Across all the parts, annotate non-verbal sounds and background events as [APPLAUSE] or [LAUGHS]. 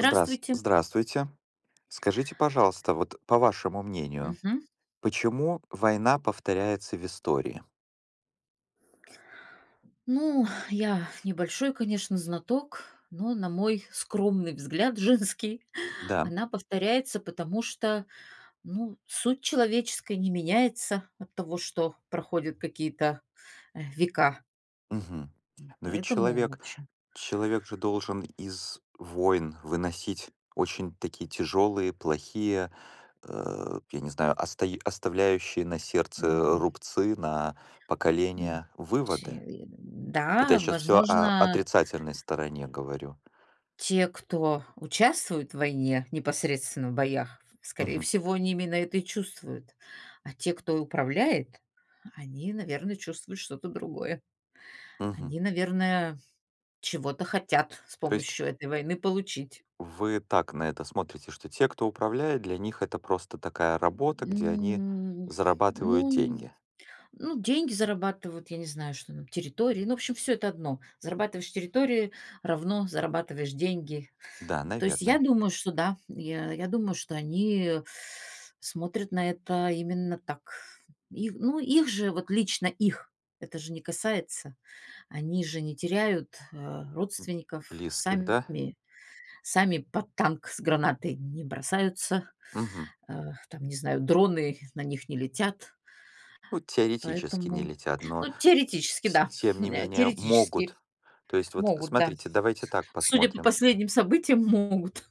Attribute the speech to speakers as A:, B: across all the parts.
A: Здрас Здравствуйте. Скажите, пожалуйста, вот, по вашему мнению,
B: Мгм.
A: почему война повторяется в истории?
B: Ну, я небольшой, конечно, знаток, но, на мой скромный взгляд, женский, [LAUGHS]
A: Да.
B: она повторяется, потому что, ну, суть человеческая не меняется от того, что проходят какие-то, века.
A: Мгм. Но ведь
B: Поэтому, в
A: человек
B: общем,
A: же должен из войн выносить очень такие тяжелые, плохие, я не знаю, остай оставляющие на сердце
B: м,
A: рубцы, на
B: м,
A: поколения выводы.
B: чи
A: Это я
B: да,
A: сейчас все о
B: возможно.
A: отрицательной стороне говорю.
B: Те, кто участвует в войне, непосредственно в боях, скорее
A: Мгм,
B: всего, они именно это и чувствуют. А те, кто управляет, они, наверное, чувствуют что-то другое.
A: мгм.
B: Они, наверное, чего-то хотят с
A: То есть
B: помощью этой войны получить.
A: вы так на это смотрите, что те, кто управляет, для них это просто такая работа, где они
B: М,
A: зарабатывают
B: Ну,
A: деньги.
B: ну, деньги зарабатывают, я не знаю, что там, территории. Ну, в общем, все это одно. Зарабатываешь территории равно зарабатываешь деньги.
A: Да,
B: То есть я
A: наверное.
B: думаю, что да, я думаю, что они смотрят на это именно так. Их, ну, их же, вот лично их, это же не касается. Они же не теряют, родственников,
A: Близких, да?
B: сами сами под танк с гранатой не бросаются,
A: Мгм.
B: э, там, не знаю, дроны на них не летят.
A: Ну, теоретически не
B: Поэтому,
A: летят, но
B: ну, теоретически, да, [LAUGHS]
A: тем не менее могут.
B: теоретически
A: То есть вот
B: могут, да.
A: смотрите, давайте так
B: Судя по
A: посмотрим.
B: последним событиям, могут.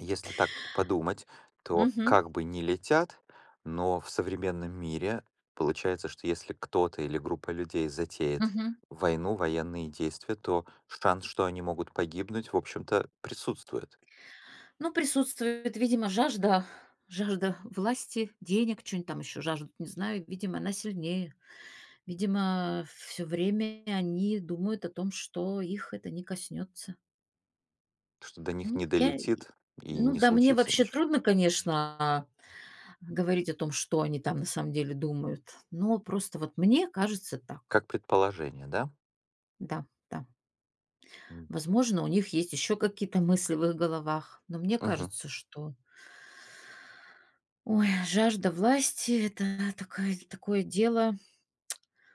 A: Если так вот подумать,
B: [LAUGHS]
A: то
B: Мгм,
A: как бы не летят, но в современном мире получается, что если кто-то или группа людей затеет
B: мгм.
A: войну, военные действия, то шанс, что они могут погибнуть, в общем-то, присутствует,
B: Ну, присутствует, видимо, жажда власти, денег, что нибудь там еще жаждут, не знаю. Видимо, она сильнее. Видимо, все время они думают о том, что их это не коснется.
A: что до них
B: Ну,
A: не
B: я и
A: долетит и
B: Ну
A: не
B: да, мне
A: случится
B: вообще
A: ничего.
B: трудно, конечно, говорить о том, что они там на самом деле думают, но просто вот мне кажется так.
A: Как предположение, да?
B: Да, да.
A: М.
B: Возможно, у них есть еще какие-то мысли в их головах, но мне
A: Мгм.
B: кажется, что ой, жажда власти — это такое дело,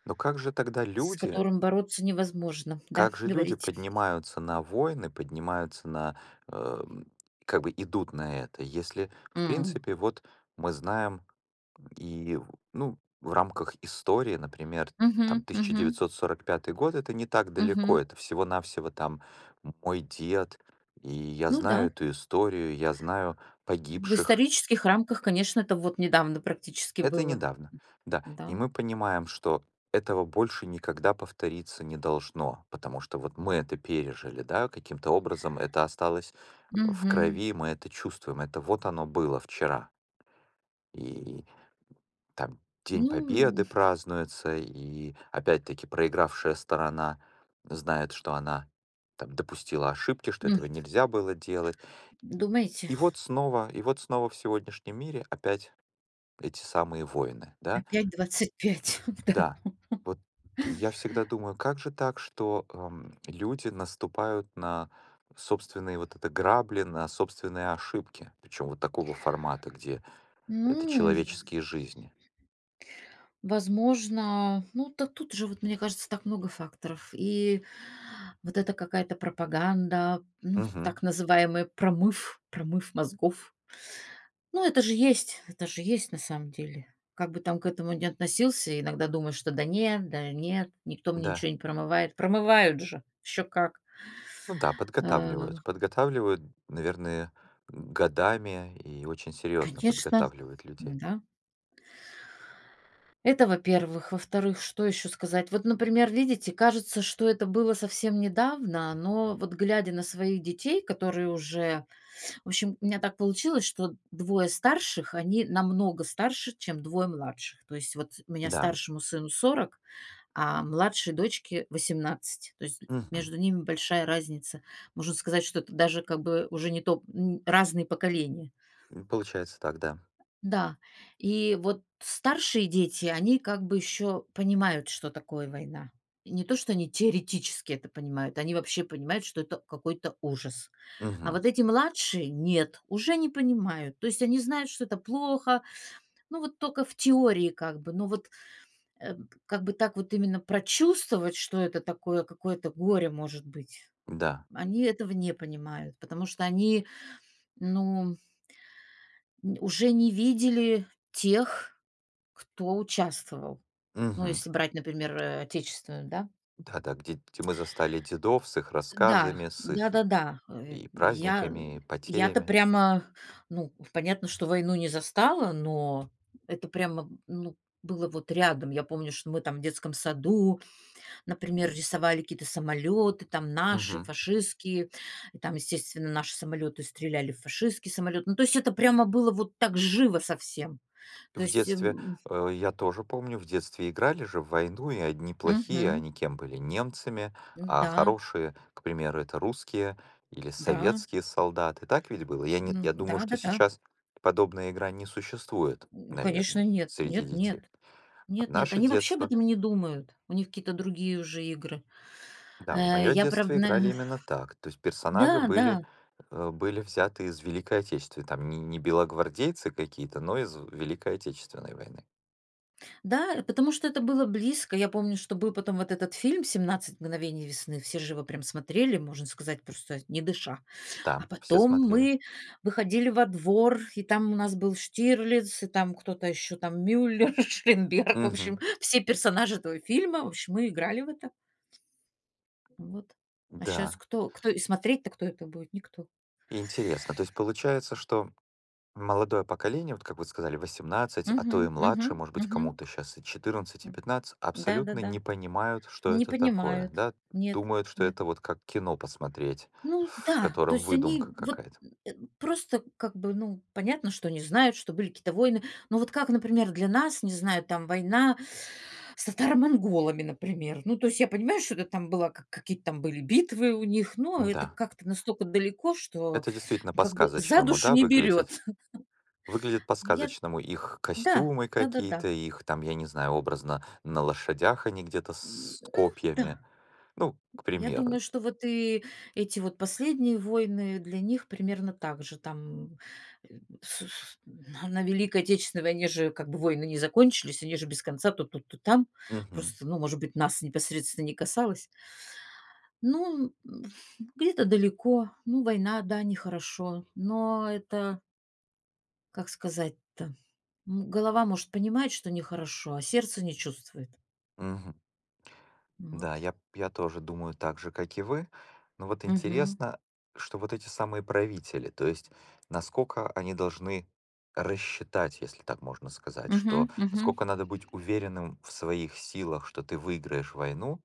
A: Но как же тогда
B: с
A: люди,
B: которым бороться невозможно. Да.
A: как же люди
B: Говорить.
A: поднимаются на войны, поднимаются на, эм, как бы идут на это, если, в
B: М.
A: принципе, вот мы знаем, и, ну, в рамках истории, например,
B: Мгм,
A: там
B: мгм,
A: 1945 год, это не так далеко,
B: мгм.
A: это всего-навсего там мой дед, и я
B: Ну
A: знаю
B: да,
A: эту историю, я знаю
B: в
A: погибших.
B: исторических рамках, конечно, это вот недавно практически
A: Это
B: было.
A: недавно, да. И
B: Да.
A: мы понимаем, что этого больше никогда повториться не должно, потому что вот мы это пережили, да, каким-то образом это осталось в
B: Мгм.
A: крови, мы это чувствуем, это вот оно было вчера. И там День Победы
B: Ну,
A: празднуется, и опять-таки проигравшая сторона знает, что она там допустила ошибки, что
B: м,
A: этого нельзя было делать.
B: думаете,
A: И вот снова в сегодняшнем мире опять эти самые войны, да?
B: опять 25, [LAUGHS] да.
A: Да, вот я всегда думаю, как же так, что люди наступают на собственные вот это грабли, на собственные ошибки, причем вот такого формата, где это
B: Ну,
A: человеческие жизни.
B: возможно, ну, так тут же, вот, мне кажется, так много факторов. И вот это какая-то пропаганда, ну,
A: Мгм.
B: так называемый промыв мозгов. Ну, это же есть на самом деле. Как бы там к этому не относился, иногда думаешь, что да нет, да нет, никто мне
A: Да,
B: ничего не промывает. Промывают же, еще как.
A: ну да, подготавливают.
B: Э,
A: Подготавливают, наверное, годами и очень серьезно
B: Конечно,
A: подготавливают людей.
B: да. Это, во-первых. Во-вторых, что еще сказать? Вот, например, видите, кажется, что это было совсем недавно, но вот глядя на своих детей, которые уже, в общем, у меня так получилось, что двое старших, они намного старше, чем двое младших. То есть вот у меня
A: Да.
B: старшему сыну 40, а младшей дочке 18. То есть
A: Мгм.
B: между ними большая разница. Можно сказать, что это даже как бы уже не то, разные поколения.
A: М, получается так, да.
B: Да, и вот старшие дети, они как бы еще понимают, что такое война. Не то, что они теоретически это понимают, они вообще понимают, что это какой-то ужас. А
A: Мгм.
B: вот эти младшие нет, уже не понимают. То есть они знают, что это плохо, ну вот только в теории как бы, но вот, э, как бы так вот именно прочувствовать, что это такое, какое-то горе может быть.
A: Да.
B: Они этого не понимают, потому что они, ну, уже не видели тех. Кто участвовал? Ну,
A: Мгм.
B: если брать, например, отечественную, да?
A: Да-да, где, где мы застали дедов с их
B: Да,
A: рассказами, с их
B: да-да-да. Э,
A: и
B: я
A: праздниками, и
B: Я-то
A: потерями.
B: прямо, ну, понятно, что войну не застала, но это прямо, ну, было вот рядом. Я помню, что мы там в детском саду, например, рисовали какие-то самолеты, там наши,
A: Мгм.
B: фашистские. И там, естественно, наши самолеты стреляли в фашистский самолет. Ну, то есть это прямо было вот так живо совсем. То
A: В
B: есть,
A: детстве, я тоже помню, в детстве играли же в войну, и одни плохие,
B: мгм,
A: они кем были? Немцами, а
B: да,
A: хорошие, к примеру, это русские или
B: да.
A: советские солдаты. Так ведь было? Я, не, я думаю, что
B: Да-да-да.
A: сейчас подобная игра не существует,
B: Конечно,
A: наверное,
B: нет.
A: среди
B: Нет,
A: детей.
B: нет.
A: А в
B: Нет, нет,
A: наше
B: они вообще об
A: детство,
B: этом и не думают. У них какие-то другие уже игры.
A: да, в
B: Э,
A: мое
B: я,
A: детство
B: правда,
A: играли
B: на
A: именно
B: [LAUGHS]
A: так. То есть персонажи
B: Да, да.
A: были, были взяты из Великой Отечественной. Там не белогвардейцы какие-то, но из Великой Отечественной войны.
B: Да, потому что это было близко. Я помню, что был потом вот этот фильм "17 мгновений весны". Все же его прям смотрели, можно сказать, просто не дыша. А
A: Да, все
B: потом
A: смотрели.
B: мы выходили во двор, и там у нас был Штирлиц, и там кто-то еще там, Мюллер, [LAUGHS] Штернберг. В
A: Мгм.
B: общем, все персонажи этого фильма. В общем, мы играли в это. Вот. А сейчас
A: Да,
B: кто и смотреть-то кто это будет? Никто.
A: и интересно. То есть получается, что молодое поколение, вот как вы сказали, восемнадцать, а то и
B: Мгм, мгм,
A: младше, может быть,
B: мгм.
A: кому-то сейчас и четырнадцать и
B: М.
A: 15, абсолютно
B: Да-да-да.
A: не понимают, что
B: Не
A: это такое,
B: понимают.
A: да?
B: Нет,
A: Думают, что
B: нет.
A: это вот как кино посмотреть,
B: Ну
A: в
B: да, то
A: котором
B: есть они
A: выдумка
B: вот,
A: какая-то.
B: э, просто как бы, ну, понятно, что не знают, что были какие-то войны. Но вот как, например, для нас, не знаю, там война с татаро-монголами, например. Ну, то есть я понимаю, что это там была, как какие-то там были битвы у них, но это
A: Да,
B: как-то настолько далеко, что,
A: это действительно
B: ну, как бы за
A: по-сказочному,
B: душу
A: да,
B: не
A: выглядит.
B: берет. [LAUGHS]
A: Выглядит
B: Я
A: по-сказочному, их
B: да,
A: костюмы
B: да-да-да.
A: какие-то, их там, я не знаю, образно на лошадях они где-то
B: М,
A: с
B: э, да,
A: копьями. Ну, к
B: я
A: примеру.
B: думаю, что вот и эти вот последние войны для них примерно так же. Там, на Великой Отечественной войне же как бы войны не закончились, они же без конца то тут, то там.
A: Мгм.
B: Просто, ну, может быть, нас непосредственно не касалось. Ну, где-то далеко. Ну, война, да, нехорошо. Но это, как сказать-то, голова может понимать, что нехорошо, а сердце не чувствует.
A: Мгм.
B: Вот.
A: Да, я тоже думаю так же, как и вы. Но вот
B: Угу.
A: интересно, что вот эти самые правители, то есть насколько они должны рассчитать, если так можно сказать,
B: Угу.
A: что
B: Угу.
A: насколько надо быть уверенным в своих силах, что ты выиграешь войну,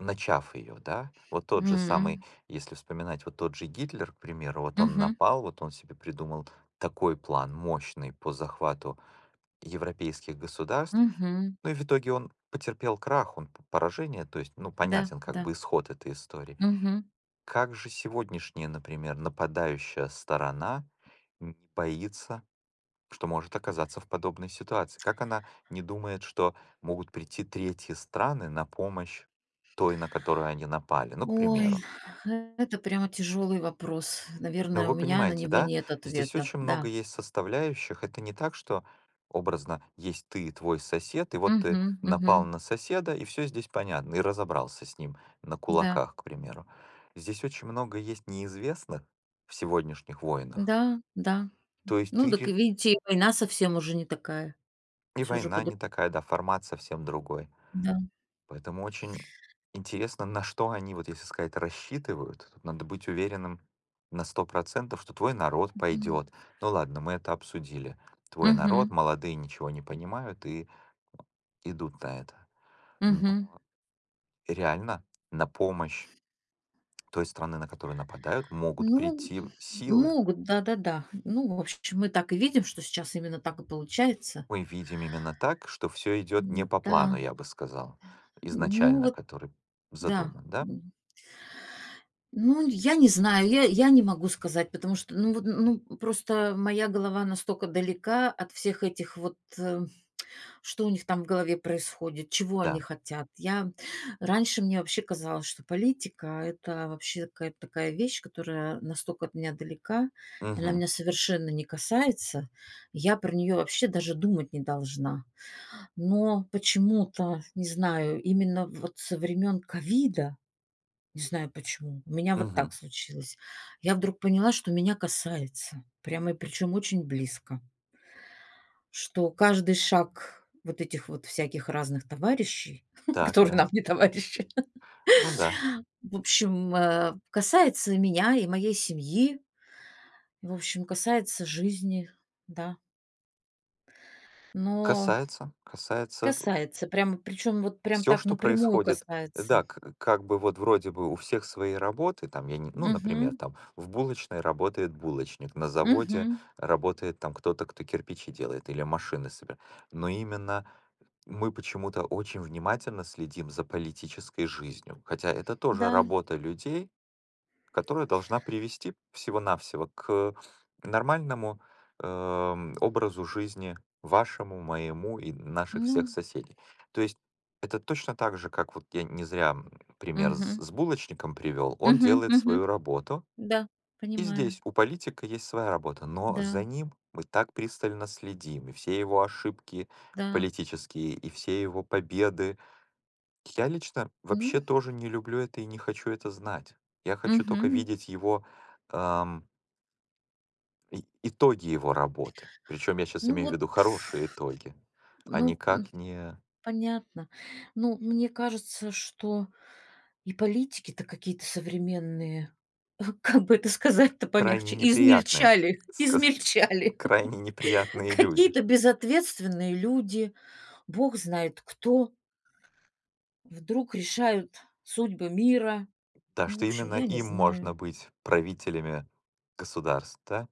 A: начав ее, да? Вот тот же самый,
B: Угу.
A: если вспоминать, вот тот же Гитлер, к примеру, вот он
B: Угу.
A: напал, вот он себе придумал такой план мощный по захвату европейских государств,
B: Мгм.
A: ну и в итоге он потерпел крах, он п поражение, то есть, ну,
B: Да,
A: понятен как
B: да.
A: бы исход этой истории.
B: Мгм.
A: Как же сегодняшняя, например, нападающая сторона не боится, что может оказаться в подобной ситуации? Как она не думает, что могут прийти третьи страны на помощь той, на которую они напали? Ну, к
B: Ой,
A: примеру.
B: это прямо тяжелый вопрос.
A: Ну,
B: Наверное, у
A: вы
B: меня на
A: понимаете,
B: него
A: да?
B: нет
A: Здесь
B: ответа.
A: очень много
B: Да.
A: есть составляющих. Это не так, что образно есть ты и твой сосед, и вот ты
B: Мгм, мгм.
A: напал на соседа, и все здесь понятно, и разобрался с ним на
B: Да,
A: кулаках, к примеру. Здесь очень много есть неизвестных в сегодняшних войнах.
B: да, да.
A: То есть
B: Ну,
A: ты
B: так и
A: ре-
B: видите, и война совсем уже не такая.
A: И
B: Все же
A: война
B: по-друг
A: не такая, да, формат совсем другой.
B: Да.
A: Поэтому очень интересно, на что они, вот если сказать, рассчитывают. Тут надо быть уверенным на 100%, что твой народ
B: Мгм.
A: пойдет. Ну ладно, мы это обсудили. Твой народ,
B: Мгм,
A: молодые ничего не понимают и идут на это. Но
B: мгм.
A: реально на помощь той страны, на которую нападают, могут
B: Ну,
A: прийти силы.
B: могут, да-да-да. Ну, в общем, мы так и видим, что сейчас именно так и получается.
A: Мы видим именно так, что все идет не по
B: М-да,
A: плану, я бы сказал,
B: ну
A: изначально,
B: вот
A: который
B: да.
A: задуман, да?
B: Ну, я не знаю, я не могу сказать, потому что, ну, вот, ну, просто моя голова настолько далека от всех этих вот, что у них там в голове происходит, чего они
A: Да.
B: хотят. Я Раньше мне вообще казалось, что политика — это вообще какая-то такая вещь, которая настолько от меня далека, она
A: Угу.
B: меня совершенно не касается. Я про нее вообще даже думать не должна. Но почему-то, не знаю, именно вот со времен ковида, не знаю почему. У меня вот
A: Угу.
B: так случилось. Я вдруг поняла, что меня касается, прямо и причем очень близко, что каждый шаг вот этих вот всяких разных товарищей, [LAUGHS]
A: Так,
B: которые
A: да.
B: нам не товарищи,
A: Ну да.
B: [LAUGHS] в общем, касается меня и моей семьи, в общем, касается жизни, да. Но
A: Касается, касается
B: касается, прямо, причем вот прям
A: все,
B: так
A: что
B: напрямую
A: происходит. Да,
B: касается.
A: к как бы вот вроде бы у всех свои работы, там, я не ну, например,
B: Мгм.
A: там, в булочной работает булочник, на заводе
B: Мгм.
A: работает там кто-то, кто кирпичи делает или машины собира но именно мы почему-то очень внимательно следим за политической жизнью, хотя это тоже
B: Да,
A: работа людей, которая должна привести всего-навсего к нормальному, образу жизни вашему, моему и наших всех
B: ну,
A: соседей. То есть это точно так же, как вот я не зря, пример с
B: мгм.
A: с булочником привел. Он
B: Мгм.
A: делает свою
B: Мгм.
A: работу.
B: Да,
A: И
B: понимаю.
A: здесь у политика есть своя работа, но
B: Да,
A: за ним мы так пристально следим, и все его ошибки
B: да.
A: политические, и все его победы, я лично
B: Ну,
A: вообще тоже не люблю это и не хочу это знать. Я хочу только
B: мгм.
A: видеть его, ам, и итоги его работы. Причем я сейчас
B: Ну
A: имею в
B: вот,
A: виду хорошие итоги, а
B: ну,
A: никак не
B: понятно. Ну, мне кажется, что и политики-то какие-то современные, [LAUGHS] как бы это сказать-то
A: крайне
B: помягче,
A: неприятные,
B: измельчали,
A: [LAUGHS]
B: [LAUGHS]
A: сказать,
B: измельчали.
A: крайне
B: [LAUGHS]
A: неприятные люди.
B: Какие-то безответственные люди, бог знает кто, вдруг решают судьбы мира.
A: Да,
B: Ну, в
A: что
B: общем,
A: именно
B: я не
A: им
B: знаю.
A: можно быть правителями государств, да?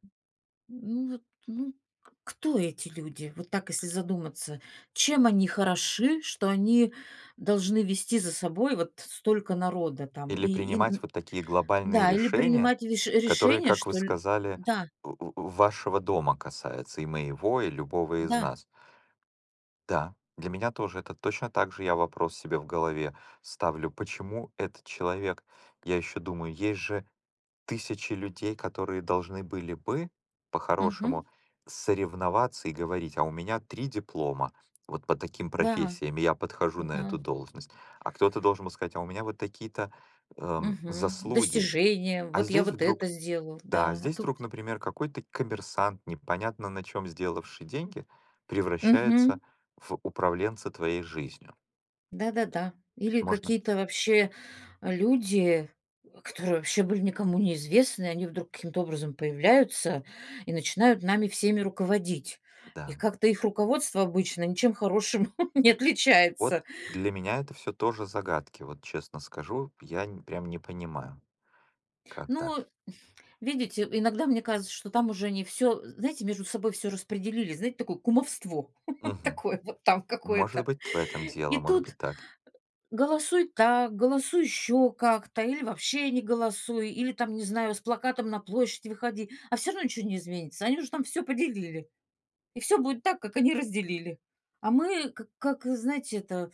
B: Ну вот, ну, к кто эти люди? Вот так, если задуматься. Чем они хороши, что они должны вести за собой вот столько народа там?
A: Или
B: И н
A: принимать вот такие глобальные
B: Да, или
A: решения,
B: принимать
A: которые,
B: решения,
A: как вы
B: что ль.
A: сказали,
B: Да,
A: вашего дома касаются, и моего, и любого из
B: да,
A: нас. Да, для меня тоже это точно так же, я вопрос себе в голове ставлю. Почему этот человек? Я еще думаю, есть же тысячи людей, которые должны были бы,
B: мгм,
A: по-хорошему, соревноваться и говорить, а у меня три диплома, вот по таким
B: да,
A: профессиям, и я подхожу на
B: да,
A: эту должность. А кто-то должен был сказать, а у меня вот такие-то
B: мгм.
A: заслуги.
B: Достижения.
A: А
B: Вот я
A: здесь
B: вот это
A: вдруг
B: сделал,
A: да,
B: да, а
A: здесь
B: тут
A: вдруг, например, какой-то коммерсант, непонятно на чем сделавший деньги, превращается
B: мгм.
A: в управленца твоей жизнью.
B: Да-да-да. Или
A: Можно?
B: какие-то вообще, люди, которые вообще были никому не неизвестны, они вдруг каким-то образом появляются и начинают нами всеми руководить. И
A: Да.
B: как-то их руководство обычно ничем хорошим [LAUGHS] не
A: Вот
B: отличается.
A: для меня это все тоже загадки, вот честно скажу, прям не понимаю, как
B: Ну,
A: так.
B: видите, иногда мне кажется, что там уже они все, знаете, между собой все распределили. Знаете, такое кумовство [LAUGHS]
A: Мгм.
B: такое вот там
A: Может
B: какое-то.
A: быть, в этом
B: И
A: дело, может быть,
B: тут
A: так.
B: голосуй так, голосуй еще как-то, или вообще не голосуй, или там, не знаю, с плакатом на площадь выходи, а все равно ничего не изменится. Они уже там все поделили. И все будет так, как они разделили. А мы, как, знаете, это,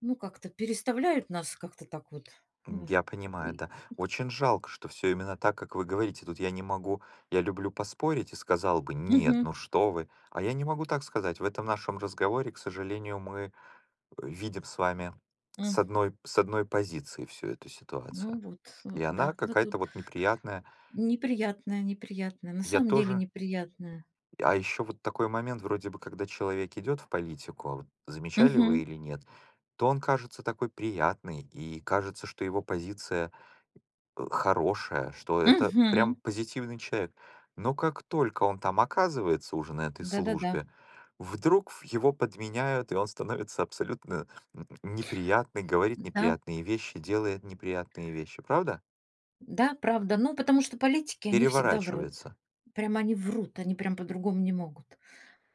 B: ну, как-то переставляют нас как-то так вот.
A: М,
B: Ну,
A: я понимаю,
B: и-
A: да. Очень жалко, что все именно так, как вы говорите. Тут я не могу, я люблю поспорить и сказал бы, нет,
B: Мгм.
A: ну что вы. А я не могу так сказать. В этом нашем разговоре, к сожалению, мы видим с вами
B: М.
A: с одной позиции всю эту
B: Ну
A: ситуацию.
B: вот,
A: И
B: вот,
A: она
B: да, да
A: какая-то
B: тут
A: вот неприятная.
B: неприятное, неприятное, на
A: Я
B: самом деле
A: тоже.
B: неприятное.
A: А еще вот такой момент, вроде бы, когда человек идет в политику, а вот замечали вы
B: Мгм.
A: или нет, то он кажется такой приятный, и кажется, что его позиция хорошее, что это прям
B: Мгм.
A: позитивный человек. Но как только он там оказывается уже на этой
B: Да-да-да,
A: службе, вдруг его подменяют, и он становится абсолютно неприятный, говорит
B: да,
A: неприятные вещи, делает неприятные вещи, правда?
B: да, правда. Ну, потому что политики, они всегда врут.
A: Переворачивается.
B: Прям они врут, они прям по-другому не могут.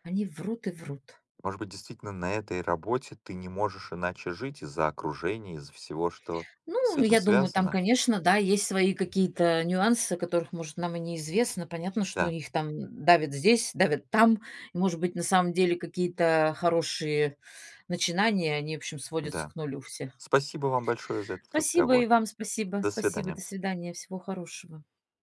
B: Они врут и врут.
A: Может быть, действительно на этой работе ты не можешь иначе жить из-за окружения, из-за всего, что с
B: Ну,
A: этим
B: я думаю, там,
A: связано?
B: конечно, да, есть свои какие-то нюансы, которых, может, нам и неизвестно. Понятно, что
A: Да,
B: их там давят здесь, давят там. И, может быть, на самом деле какие-то хорошие начинания, они, в общем, сводятся
A: да.
B: к нулю все.
A: Спасибо вам большое за этот
B: Спасибо и
A: разговор.
B: вам спасибо.
A: До
B: Спасибо, до
A: свидания.
B: свидания, всего хорошего.